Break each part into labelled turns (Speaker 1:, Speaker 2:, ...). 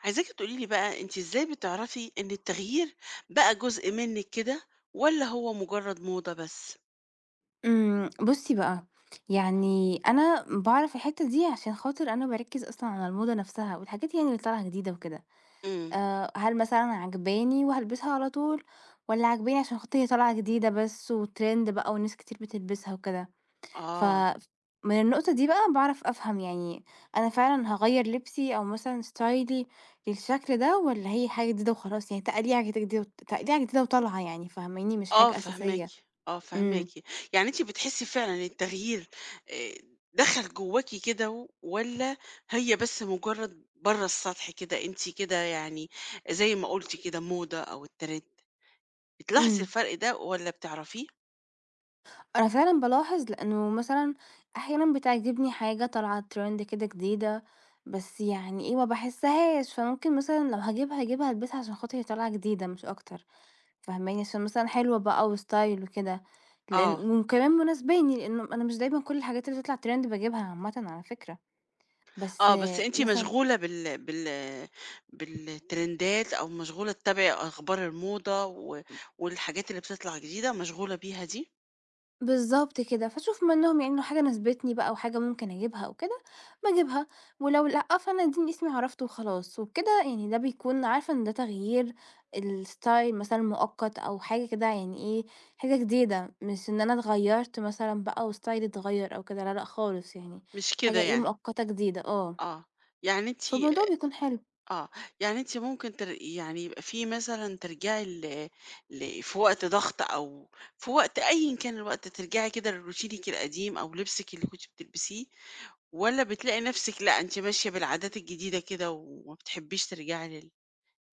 Speaker 1: عايزاكي تقولي لي بقى أنتِ إزاي بتعرفي إن التغيير بقى جزء منِّك كده والّا هو مجرد موضة بس؟
Speaker 2: بُصّي بقى، يعني أنا باعرف الحتّة دي عشان خاطر أنا باركّز أصلًا على الموضة نَفْسها والحاجات يعني اللي طالعة جديدة وكده،
Speaker 1: إمم،
Speaker 2: هل مثلًا عاجباني وهالبسها على طول والّا عاجباني عشان خاطر هي طالعة جديدة بس وtrend بقى وناس كتير بتلبسها وكده، ف
Speaker 1: آه،
Speaker 2: من النقطة دي بقى باعرف أفهم يعني أنا فعلًا هاغيّر لبسي أو مثلًا ستايلي للشكل ده والّا هي حاجة جديدة وخلاص يعني تقليعة كده جديدة تقليعة جديدة وطالعة يعني فاهماني، مش
Speaker 1: آه
Speaker 2: حاجة
Speaker 1: فاهماكِ،
Speaker 2: أساسية.
Speaker 1: آه فاهماكِ،
Speaker 2: إمم،
Speaker 1: يعني أنتِ بتحسي فعلًا إن التغيير آآ دخل جواكِ كده والّا هي بس مجرد برّه السطح كده، أنتِ كده يعني زي ما قُلتِ كده موضة أو الترند، بتلاحظي
Speaker 2: إمم.
Speaker 1: الفرق ده والّا بتعرفيه؟
Speaker 2: أنا فعلًا بالاحظ، لإنه مثلًا أحيانًا بتعجبني حاجة طالعة trend كده جديدة، بس يعني إيه، ما باحسهاش، فممكن مثلًا لو هاجيبها، هاجيبها ألبسها عشان خاطر هي طالعة جديدة مش أكتر، فاهماني؟ عشان مثلًا حلوة بقى وستايل وكده،
Speaker 1: آه.
Speaker 2: لإن وكمان مناسباني، لإنه أنا مش دايمًا كل الحاجات اللي بتطلع trend باجيبها عامةً على فكرة، بس،
Speaker 1: آه، بس أنتِ
Speaker 2: مثلًا،
Speaker 1: مشغولة بالترندات أو مشغولة تتابعي أخبار الموضة والحاجات اللي بتطلع جديدة، مشغولة بيها دي؟
Speaker 2: بالضبط كده، فاشوف منّهم يعني لو حاجة ناسبتني بقى وحاجة ممكن أجيبها أو كده، باجيبها، ولو لأ، فأنا اديني اسمي عرفته وخلاص، وبكده يعني ده بيكون عارفة إن ده تغيير الstyle مثلًا مؤقت أو حاجة كده يعني إيه، حاجة جديدة، مش إن أنا اتغيّرت مثلًا بقى وستايلي اتغيّر أو كده، لا، لأ خالص يعني،
Speaker 1: مش كده
Speaker 2: حاجة إيه
Speaker 1: يعني،
Speaker 2: مؤقتة جديدة، آه،
Speaker 1: آه، يعني أنتِ
Speaker 2: فالموضوع بيكون حلو.
Speaker 1: آه، يعني أنتِ ممكن يعني يبقى في مثلًا ترجعي ل ل في وقت ضغط أو في وقت أيًا كان الوقت، ترجعي كده لروتينِك القديم أو لبسِك اللي كنتِ بتلبسيه، والّا بتلاقي نفسِك لأ، أنتِ ماشية بالعادات الجديدة كده وما بتحبيش ترجعي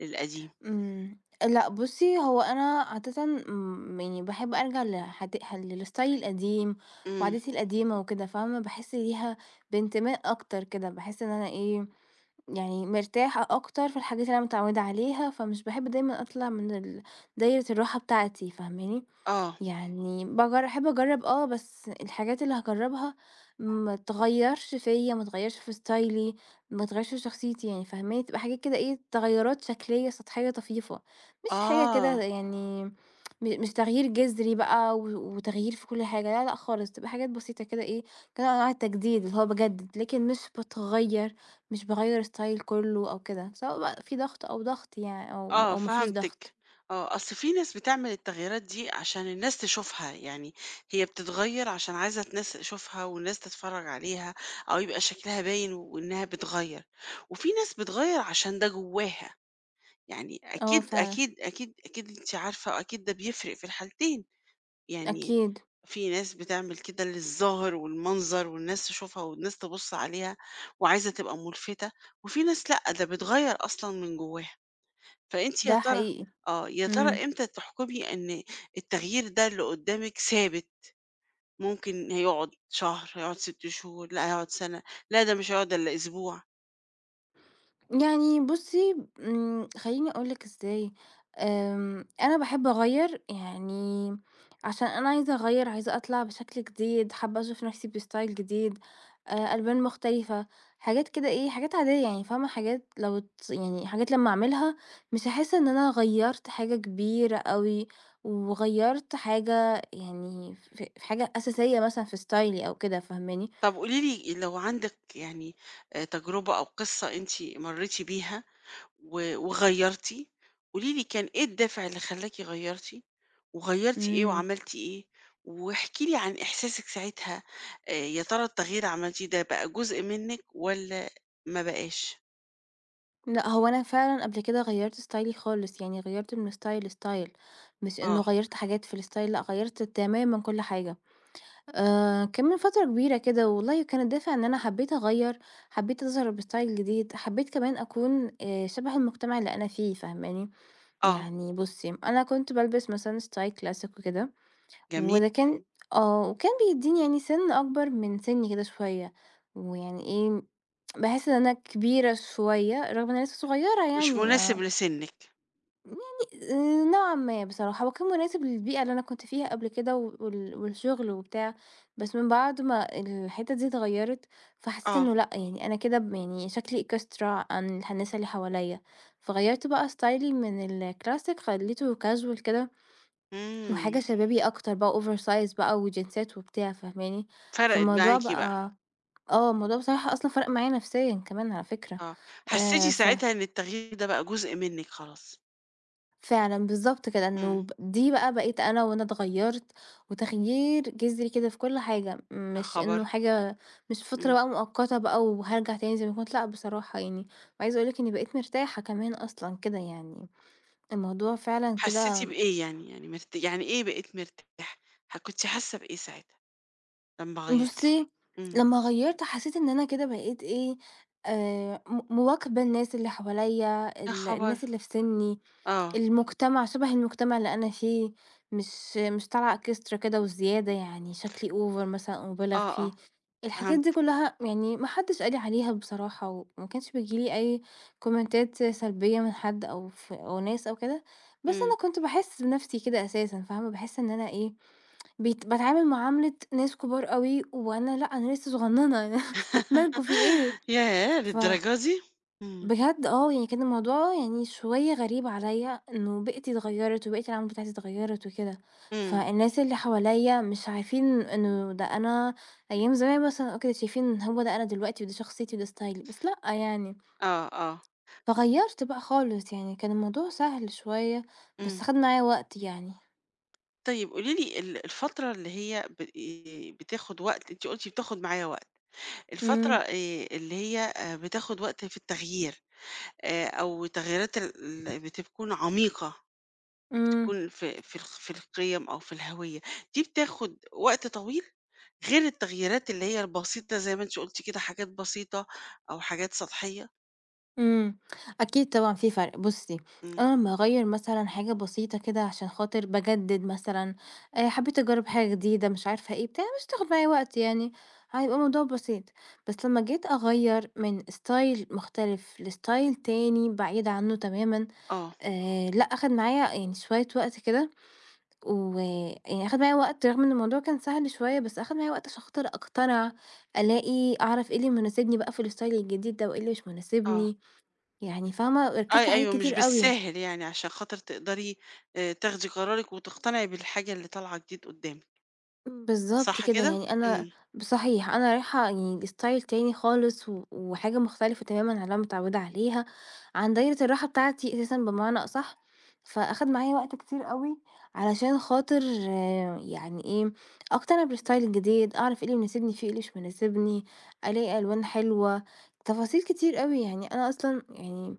Speaker 1: للقديم؟
Speaker 2: إمم. لأ بُصّي، هو أنا عادةً يعني باحب أرجع لحد للستايل القديم
Speaker 1: إمم،
Speaker 2: وعاداتي القديمة وكده فاهمة، باحس ليها بانتماء أكتر كده، باحس إن أنا إيه، يعني مرتاحة أكتر في الحاجات اللي أنا متعودة عليها، فمش باحب دايمًا أطلع من ال دايرة الراحة بتاعتي فاهماني؟
Speaker 1: آه.
Speaker 2: يعني باجر أحب أجرّب بس الحاجات اللي هاجرّبها ما تغيّرش فيّا، ما تغيّرش في ستايلي، ما تغيّرش في شخصيتي يعني فاهماني؟ تبقى حاجات كده إيه، تغيُّرات شكلية سطحية طفيفة، مش حاجة
Speaker 1: آه،
Speaker 2: كده يعني مش تغيير جذري بقى و وتغيير في كل حاجة، لا، لأ خالص، تبقى حاجات بسيطة كده إيه، كنوع من أنواع التجديد اللي هو باجدد، لكن مش باتغيّر، مش باغيّر ستايل كلّه أو كده، سواء بقى في ضغط أو ضغط يعني أو
Speaker 1: آه،
Speaker 2: أو ما فيش ضغط.
Speaker 1: فهمتِك، آه، أصل في ناس بتعمل التغييرات دي عشان الناس تشوفها، يعني هي بتتغيّر عشان عايزة الناس تشوفها والناس تتفرّج عليها أو يبقى شكلها باين وإنها بتغيّر، وفي ناس بتغيّر عشان ده جواها، يعني
Speaker 2: آه
Speaker 1: أكيد،
Speaker 2: فعلًا،
Speaker 1: أكيد، أكيد، أكيد أنتِ عارفة وأكيد ده بيفرق في الحالتين، يعني
Speaker 2: أكيد،
Speaker 1: في ناس بتعمل كده للظاهر والمنظر والناس تشوفها والناس تبُص عليها وعايزة تبقى مُلفتة، وفي ناس لأ، ده بتغيّر أصلًا من جواها. فأنتِ يا
Speaker 2: ده
Speaker 1: ترى
Speaker 2: حقيقي.
Speaker 1: آه، يا ترى
Speaker 2: إمم.
Speaker 1: إمتى تحكمي إن التغيير ده اللي قدامِك ثابت، ممكن هيقعد شهر، هيقعد 6 شهور، لأ هيقعد سنة، لأ ده مش هيقعد إلا أسبوع.
Speaker 2: يعني بُصّي، خلّيني أقول لِك إزاي، أنا باحب أغيّر، يعني عشان أنا عايزة أغيّر، عايزة أطلع بشكل جديد، حابة أشوف نَفْسي بstyle جديد، ألوان مختلفة، حاجات كده إيه، حاجات عادية يعني فاهمة، حاجات لو يعني حاجات لمّا أعملها مش هاحس إن أنا غيّرت حاجة كبيرة أوي، وغيّرت حاجة يعني ف في حاجة أساسية مثلًا في ستايلي أو كده، فاهماني؟
Speaker 1: طب قولي لي لو عندِك يعني تجربة أو قصة أنتِ مريتِ بيها وغيّرتِ، قولي لي كان إيه الدافع اللي خلّاكِ غيّرتِ، وغيّرتِ إيه
Speaker 2: إمم.
Speaker 1: وعملتِ إيه؟ واحكي لي عن إحساسِك ساعتها، يا ترى التغيير عملتيه ده بقى جزء منِّك والّا ما بقاش؟
Speaker 2: لأ، هو أنا فعلًا قبل كده غيّرت ستايلي خالص، يعني غيّرت من style لstyle مش إنه
Speaker 1: آه.
Speaker 2: غيّرت حاجات في الstyle لأ، غيّرت تمامًا كل حاجة. كان من فترة كبيرة كده والله كان الدافع إن أنا حبيت أغيّر، حبيت أظهر بstyle جديد، حبيت كمان أكون شبه المجتمع اللي أنا فيه فاهماني؟
Speaker 1: آه،
Speaker 2: يعني بُصّي، أنا كنت بالبس مثلًا style classic وكده،
Speaker 1: جميل،
Speaker 2: وده كان آه، وكان بيدّيني يعني سِن أكبر من سِنّي كده شوية، ويعني إيه، باحس إن أنا كبيرة شوية رغم إن أنا لسه صغيّرة
Speaker 1: مش
Speaker 2: يعني.
Speaker 1: مناسب
Speaker 2: آه.
Speaker 1: لسنِّك،
Speaker 2: يعني نوعًا ما بصراحة، هو كان مناسب للبيئة اللي أنا كنت فيها قبل كده والشغل وبتاع، بس من بعد ما الحتّة دي اتغيّرت، فحسيت
Speaker 1: آه،
Speaker 2: إنه لأ، يعني أنا كده يعني شكلي إكسترا عن الناس اللي حواليّا، فغيّرت بقى ستايلي من الكلاسيك خلّيته casual كده
Speaker 1: إمم،
Speaker 2: وحاجة شبابي أكتر بقى over size بقى وجينزات وبتاع فاهماني؟
Speaker 1: فرقِت
Speaker 2: فالموضوع
Speaker 1: معاكِ بقى،
Speaker 2: بقى، الموضوع بصراحة أصلًا فرق معايا نفسيًا كمان على فكرة،
Speaker 1: آه، حسّيتِ
Speaker 2: ف
Speaker 1: ساعتها إن التغيير ده بقى جزء منِّك خلاص،
Speaker 2: فعلًا بالضبط كده،
Speaker 1: إمم،
Speaker 2: إنه دي بقى بقيت أنا وأنا اتغيّرت، وتغيير جذري كده في كل حاجة،
Speaker 1: يا
Speaker 2: مش إنه
Speaker 1: خبر!
Speaker 2: حاجة مش فترة
Speaker 1: إمم،
Speaker 2: بقى مؤقتة بقى وهارجع تاني زي ما كنت، لأ بصراحة يعني، وعايزة أقول لِك إني بقيت مرتاحة كمان أصلًا كده يعني، الموضوع فعلًا
Speaker 1: حسّيتِ
Speaker 2: كده
Speaker 1: بإيه يعني؟ يعني يعني إيه بقيتِ مرتاحة؟ كنتِ حاسة بإيه ساعتها لمّا غيّرتِ؟
Speaker 2: بُصّي،
Speaker 1: إمم،
Speaker 2: لمّا غيّرت حسيت إن أنا كده بقيت إيه، م مواكبة الناس اللي حواليّا،
Speaker 1: يا
Speaker 2: ال
Speaker 1: خبر!
Speaker 2: الناس اللي في سني.
Speaker 1: آه،
Speaker 2: المجتمع شبه المجتمع اللي أنا فيه، مش مش طالعة إكسترا كده وزيادة، يعني شكلي over مثلًا أو مُبالغ
Speaker 1: آه،
Speaker 2: فيه.
Speaker 1: آه،
Speaker 2: الحاجات دي
Speaker 1: فهمت،
Speaker 2: كلّها يعني ما حدّش قال لي عليها بصراحة، وما كانش بييجي لي أي كومنتات سلبية من حد أو أو ناس أو كده، بس
Speaker 1: إمم،
Speaker 2: أنا كنت باحس بنَفْسي كده أساسًا فاهمة، باحس إن أنا إيه، باتعامل معاملة ناس كُبار أوي، وأنا لأ، أنا لسه صغنّنة مالكم في إيه؟
Speaker 1: ياه!
Speaker 2: ف
Speaker 1: للدرجة دي! إمم،
Speaker 2: بجد آه، يعني كان الموضوع يعني شوية غريب عليَّ إنه بيئتي اتغيّرت وبيئة العمل بتاعتي اتغيّرت وكده،
Speaker 1: إمم،
Speaker 2: فالناس اللي حواليَّ مش عارفين إنه ده أنا أيام زمان مثلًا آه، كانوا شايفين إن هو ده أنا دلوقتي ودي شخصيتي وده ستايلي، بس لأ يعني،
Speaker 1: آه، آه،
Speaker 2: فغيّرت بقى خالص يعني كان الموضوع سهل شوية،
Speaker 1: إمم.
Speaker 2: بس خَد معايا وقت يعني.
Speaker 1: طيب قولي لي الفترة اللي هي ب بتاخد وقت أنتِ قُلتِ بتاخد معايا وقت، الفترة
Speaker 2: إمم،
Speaker 1: اللي هي بتاخد وقت في التغيير أو تغييرات ال ال بتكون عميقة،
Speaker 2: إمم.
Speaker 1: بتكون في القيم أو في الهوية، دي بتاخد وقت طويل، غير التغييرات اللي هي البسيطة زي ما أنتِ قُلتِ كده حاجات بسيطة أو حاجات سطحية؟
Speaker 2: إمم، أكيد طبعًا في فرق، بُصّي
Speaker 1: إمم،
Speaker 2: أنا لمّا أغيّر مثلًا حاجة بسيطة كده عشان خاطر باجدد مثلًا، حبيت أجرّب حاجة جديدة مش عارفة إيه بتاع، مش هتاخد معايا وقت يعني، هيبقى الموضوع بسيط، بس لمّا جيت أغيّر من style مختلف لstyle تاني بعيد عنه تمامًا،
Speaker 1: آه،
Speaker 2: لأ أخد معايا يعني شوية وقت كده، ويعني أخد معايا وقت رغم إن الموضوع كان سهل شوية، بس أخد معايا وقت عشان خاطر أقتنع، ألاقي أعرف إيه اللي مناسبني بقى في الstyle الجديد ده، وإيه اللي مش
Speaker 1: آه،
Speaker 2: مناسبني. يعني فاهمة، ركّزت على حاجات
Speaker 1: أيوه مش
Speaker 2: كتير أوي.
Speaker 1: بالساهل يعني عشان خاطر تقدري تاخدي قرارِك وتقتنعي بالحاجة اللي طالعة جديد قدّامِك.
Speaker 2: إمم. بالضبط
Speaker 1: صح
Speaker 2: كده،
Speaker 1: كده؟
Speaker 2: يعني أنا
Speaker 1: إمم،
Speaker 2: صحيح أنا رايحة يعني لstyle تاني خالص وحاجة مختلفة تمامًا عن اللي أنا متعودة عليها، عن دايرة الراحة بتاعتي أساسًا بمعنى أصح، فأخَد معايا وقت كتير أوي علشان خاطر يعني إيه، أقتنع بالstyle الجديد، أعرف إيه اللي مناسبني فيه، إيه اللي مش مناسبني، ألاقي ألوان حلوة، تفاصيل كتير أوي. يعني أنا أصلًا يعني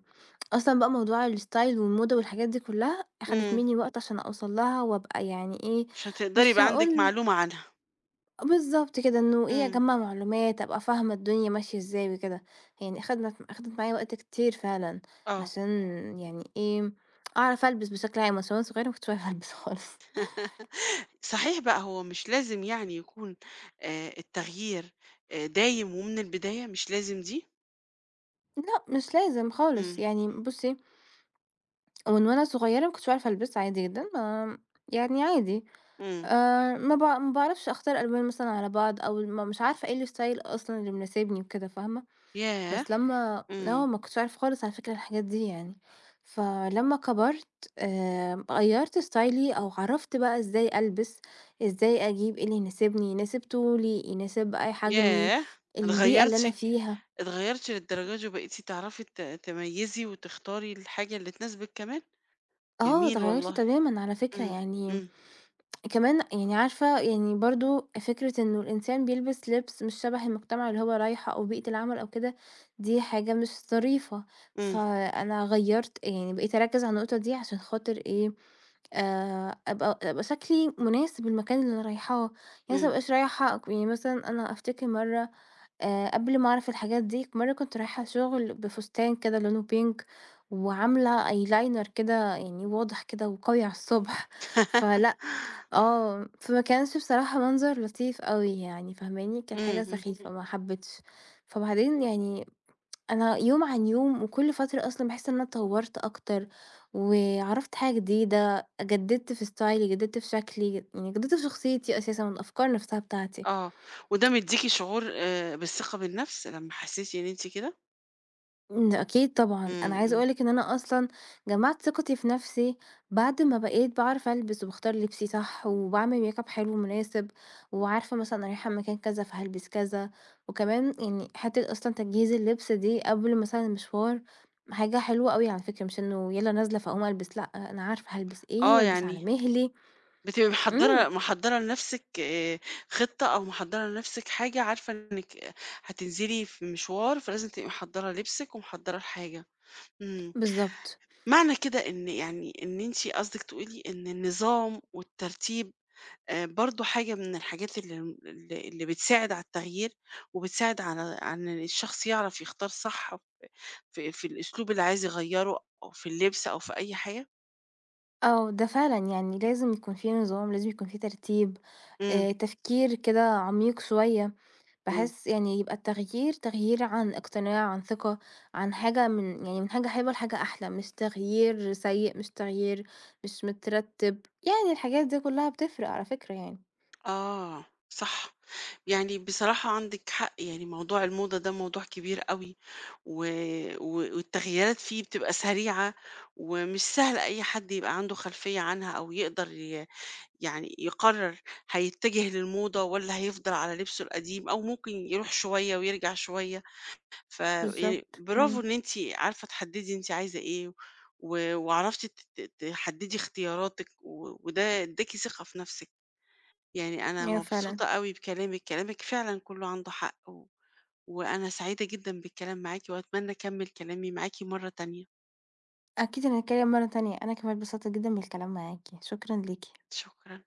Speaker 2: أصلًا بقى موضوع الstyle والموضة والحاجات دي كلّها، أخدت
Speaker 1: إمم،
Speaker 2: منّي وقت عشان أوصل لها وأبقى يعني إيه،
Speaker 1: عشان تقدري
Speaker 2: مش
Speaker 1: يبقى عندِك
Speaker 2: هاقول لِك
Speaker 1: معلومة عنها،
Speaker 2: بالضبط كده، إنه إيه،
Speaker 1: إمم،
Speaker 2: أجمّع معلومات، أبقى فاهمة الدنيا ماشية إزاي وكده. يعني أخدت معايا وقت كتير فعلًا،
Speaker 1: آه.
Speaker 2: عشان يعني إيه، أعرف ألبس بشكل عام، عشان وأنا صغيرة ما كنتش باعرف ألبس خالص.
Speaker 1: صحيح بقى هو مش لازم يعني يكون التغيير دايم ومن البداية، مش لازم دي؟
Speaker 2: لأ، مش لازم
Speaker 1: إمم،
Speaker 2: خالص، يعني بُصّي، من وأنا صغيرة ما كنتش باعرف ألبس عادي جدًا، ما يعني عادي.
Speaker 1: إمم،
Speaker 2: ما باعرفش أختار ألوان مثلًا على بعض أو ما مش عارفة إيه الstyle أصلًا اللي مناسبني وكده فاهمة،
Speaker 1: ياه!
Speaker 2: بس لمّا
Speaker 1: إمم،
Speaker 2: ما كنتش أعرف خالص على فكرة الحاجات دي يعني، فلمّا كبرت غيّرت ستايلي أو عرفت بقى إزاي ألبس، إزاي أجيب إيه اللي يناسبني، يناسب طولي، يناسب بقى حجمي،
Speaker 1: ياه!
Speaker 2: البيئة اللي أنا
Speaker 1: اتغيّرتِ
Speaker 2: فيها.
Speaker 1: اتغيّرتِ للدرجة دي وبقيتِ تعرفي تميّزي وتختاري الحاجة اللي تناسبِك كمان؟
Speaker 2: آه،
Speaker 1: جميل
Speaker 2: اتغيّرتِ
Speaker 1: والله،
Speaker 2: تمامًا على فكرة،
Speaker 1: إمم،
Speaker 2: يعني
Speaker 1: إمم،
Speaker 2: كمان يعني عارفة يعني برضه فكرة إنه الإنسان بيلبس لِبس مش شَبَه المجتمع اللي هو رايحه أو بيئة العمل أو كده، دي حاجة مش ظريفة،
Speaker 1: إمم،
Speaker 2: فأنا غيّرت يعني بقيت أركّز على النقطة دي عشان خاطر إيه، أبقى شكلي مناسب للمكان اللي أنا رايحاه، يعني مثلًا ما
Speaker 1: إمم،
Speaker 2: أبقاش رايحة يعني مثلًا أنا أفتكر مرّة قبل ما أعرف الحاجات دي، مرّة كنت رايحة شغل بفستان كده لونه pink وعاملة eyeliner كده يعني واضح كده وقوي على الصبح، فلأ آه، فما كانش بصراحة منظر لطيف أوي يعني فاهماني، كانت حاجة
Speaker 1: إمم، إمم.
Speaker 2: سخيفة اهم. ما حبيتش. فبعدين يعني أنا يوم عن يوم وكل فترة أصلًا باحس إن أنا اتطورت أكتر، وعرفت حاجة جديدة، جددت في ستايلي، جددت في شكلي، يعني جددت في شخصيتي أساسًا والأفكار نفسها بتاعتي.
Speaker 1: آه، وده مدّيكِ شعور بالثقة بالنفس لمّا حسيتِ إن أنتِ كده؟
Speaker 2: إمم، أكيد طبعًا، أنا
Speaker 1: إمم،
Speaker 2: عايزة
Speaker 1: إمم.
Speaker 2: أقول لِك إن أنا أصلًا جمعت ثقتي في نفسي بعد ما بقيت باعرف ألبس وباختار لبسي صح، وباعمل make up حلو ومناسب، وعارفة مثلًا أنا رايحة مكان كذا فهالبس كذا، وكمان يعني حتة أصلًا تجهيز اللبس دي قبل مثلًا المشوار حاجة حلوة أوي على فكرة، مش إنه يالّا نازلة فاقوم ألبس، لأ أنا عارفة هالبس إيه
Speaker 1: آه،
Speaker 2: وألبس على
Speaker 1: يعني
Speaker 2: مهلي،
Speaker 1: بتبقي محضّرة
Speaker 2: إمم،
Speaker 1: محضّرة لنفسِك خطة أو محضّرة لنفسِك حاجة عارفة إنِّك هتنزلي في مشوار، فلازم تبقي محضّرة لبسِك ومحضّرة الحاجة. إمم.
Speaker 2: بالضبط،
Speaker 1: معنى كده إن يعني إن أنتِ قصدِك تقولي إن النظام والترتيب برضه حاجة من الحاجات اللي م اللي اللي بتساعد على التغيير وبتساعد على إن الشخص يعرف يختار صح في الأسلوب اللي عايز يغيّره أو في اللبس أو في أي حاجة؟
Speaker 2: آه، ده فعلًا يعني لازم يكون في نظام، لازم يكون في ترتيب،
Speaker 1: إمم،
Speaker 2: تفكير كده عميق شوية.
Speaker 1: إمم.
Speaker 2: بحيث يعني يبقى التغيير تغيير عن اقتناع، عن ثقة، عن حاجة من يعني من حاجة حلوة لحاجة أحلى، مش تغيير سيء، مش تغيير مش مترتب، يعني الحاجات دي كلها بتفرق على فكرة يعني.
Speaker 1: آه، صح. يعني بصراحة عندِك حق، يعني موضوع الموضة ده موضوع كبير أوي، و و والتغييرات فيه بتبقى سريعة، ومش سهل أي حد يبقى عنده خلفية عنها أو يقدر يعني يقرر هيتجه للموضة والّا هيفضل على لبسه القديم أو ممكن يروح شوية ويرجع شوية. يعني
Speaker 2: بالضبط،
Speaker 1: برافو
Speaker 2: إمم،
Speaker 1: إن أنتِ عارفة تحدّدي أنتِ عايزة إيه، وعرفتِ ت ت تحدّدي اختياراتِك، وده ادّاكِ ثقة في نَفْسِك، يعني أنا
Speaker 2: أيوه فعلًا،
Speaker 1: مبسوطة أوي بكلامِك، كلامِك فعلًا كُلّه عنده حق، وأنا سعيدة جدًا بالكلام معاكِ، وأتمنى أكمّل كلامي معاكِ مرّة تانية،
Speaker 2: أكيد هنتكلم مرة تانية، أنا كمان اتبسطت جدًا بالكلام معاكِ، شكرًا ليكِ.
Speaker 1: شكرًا.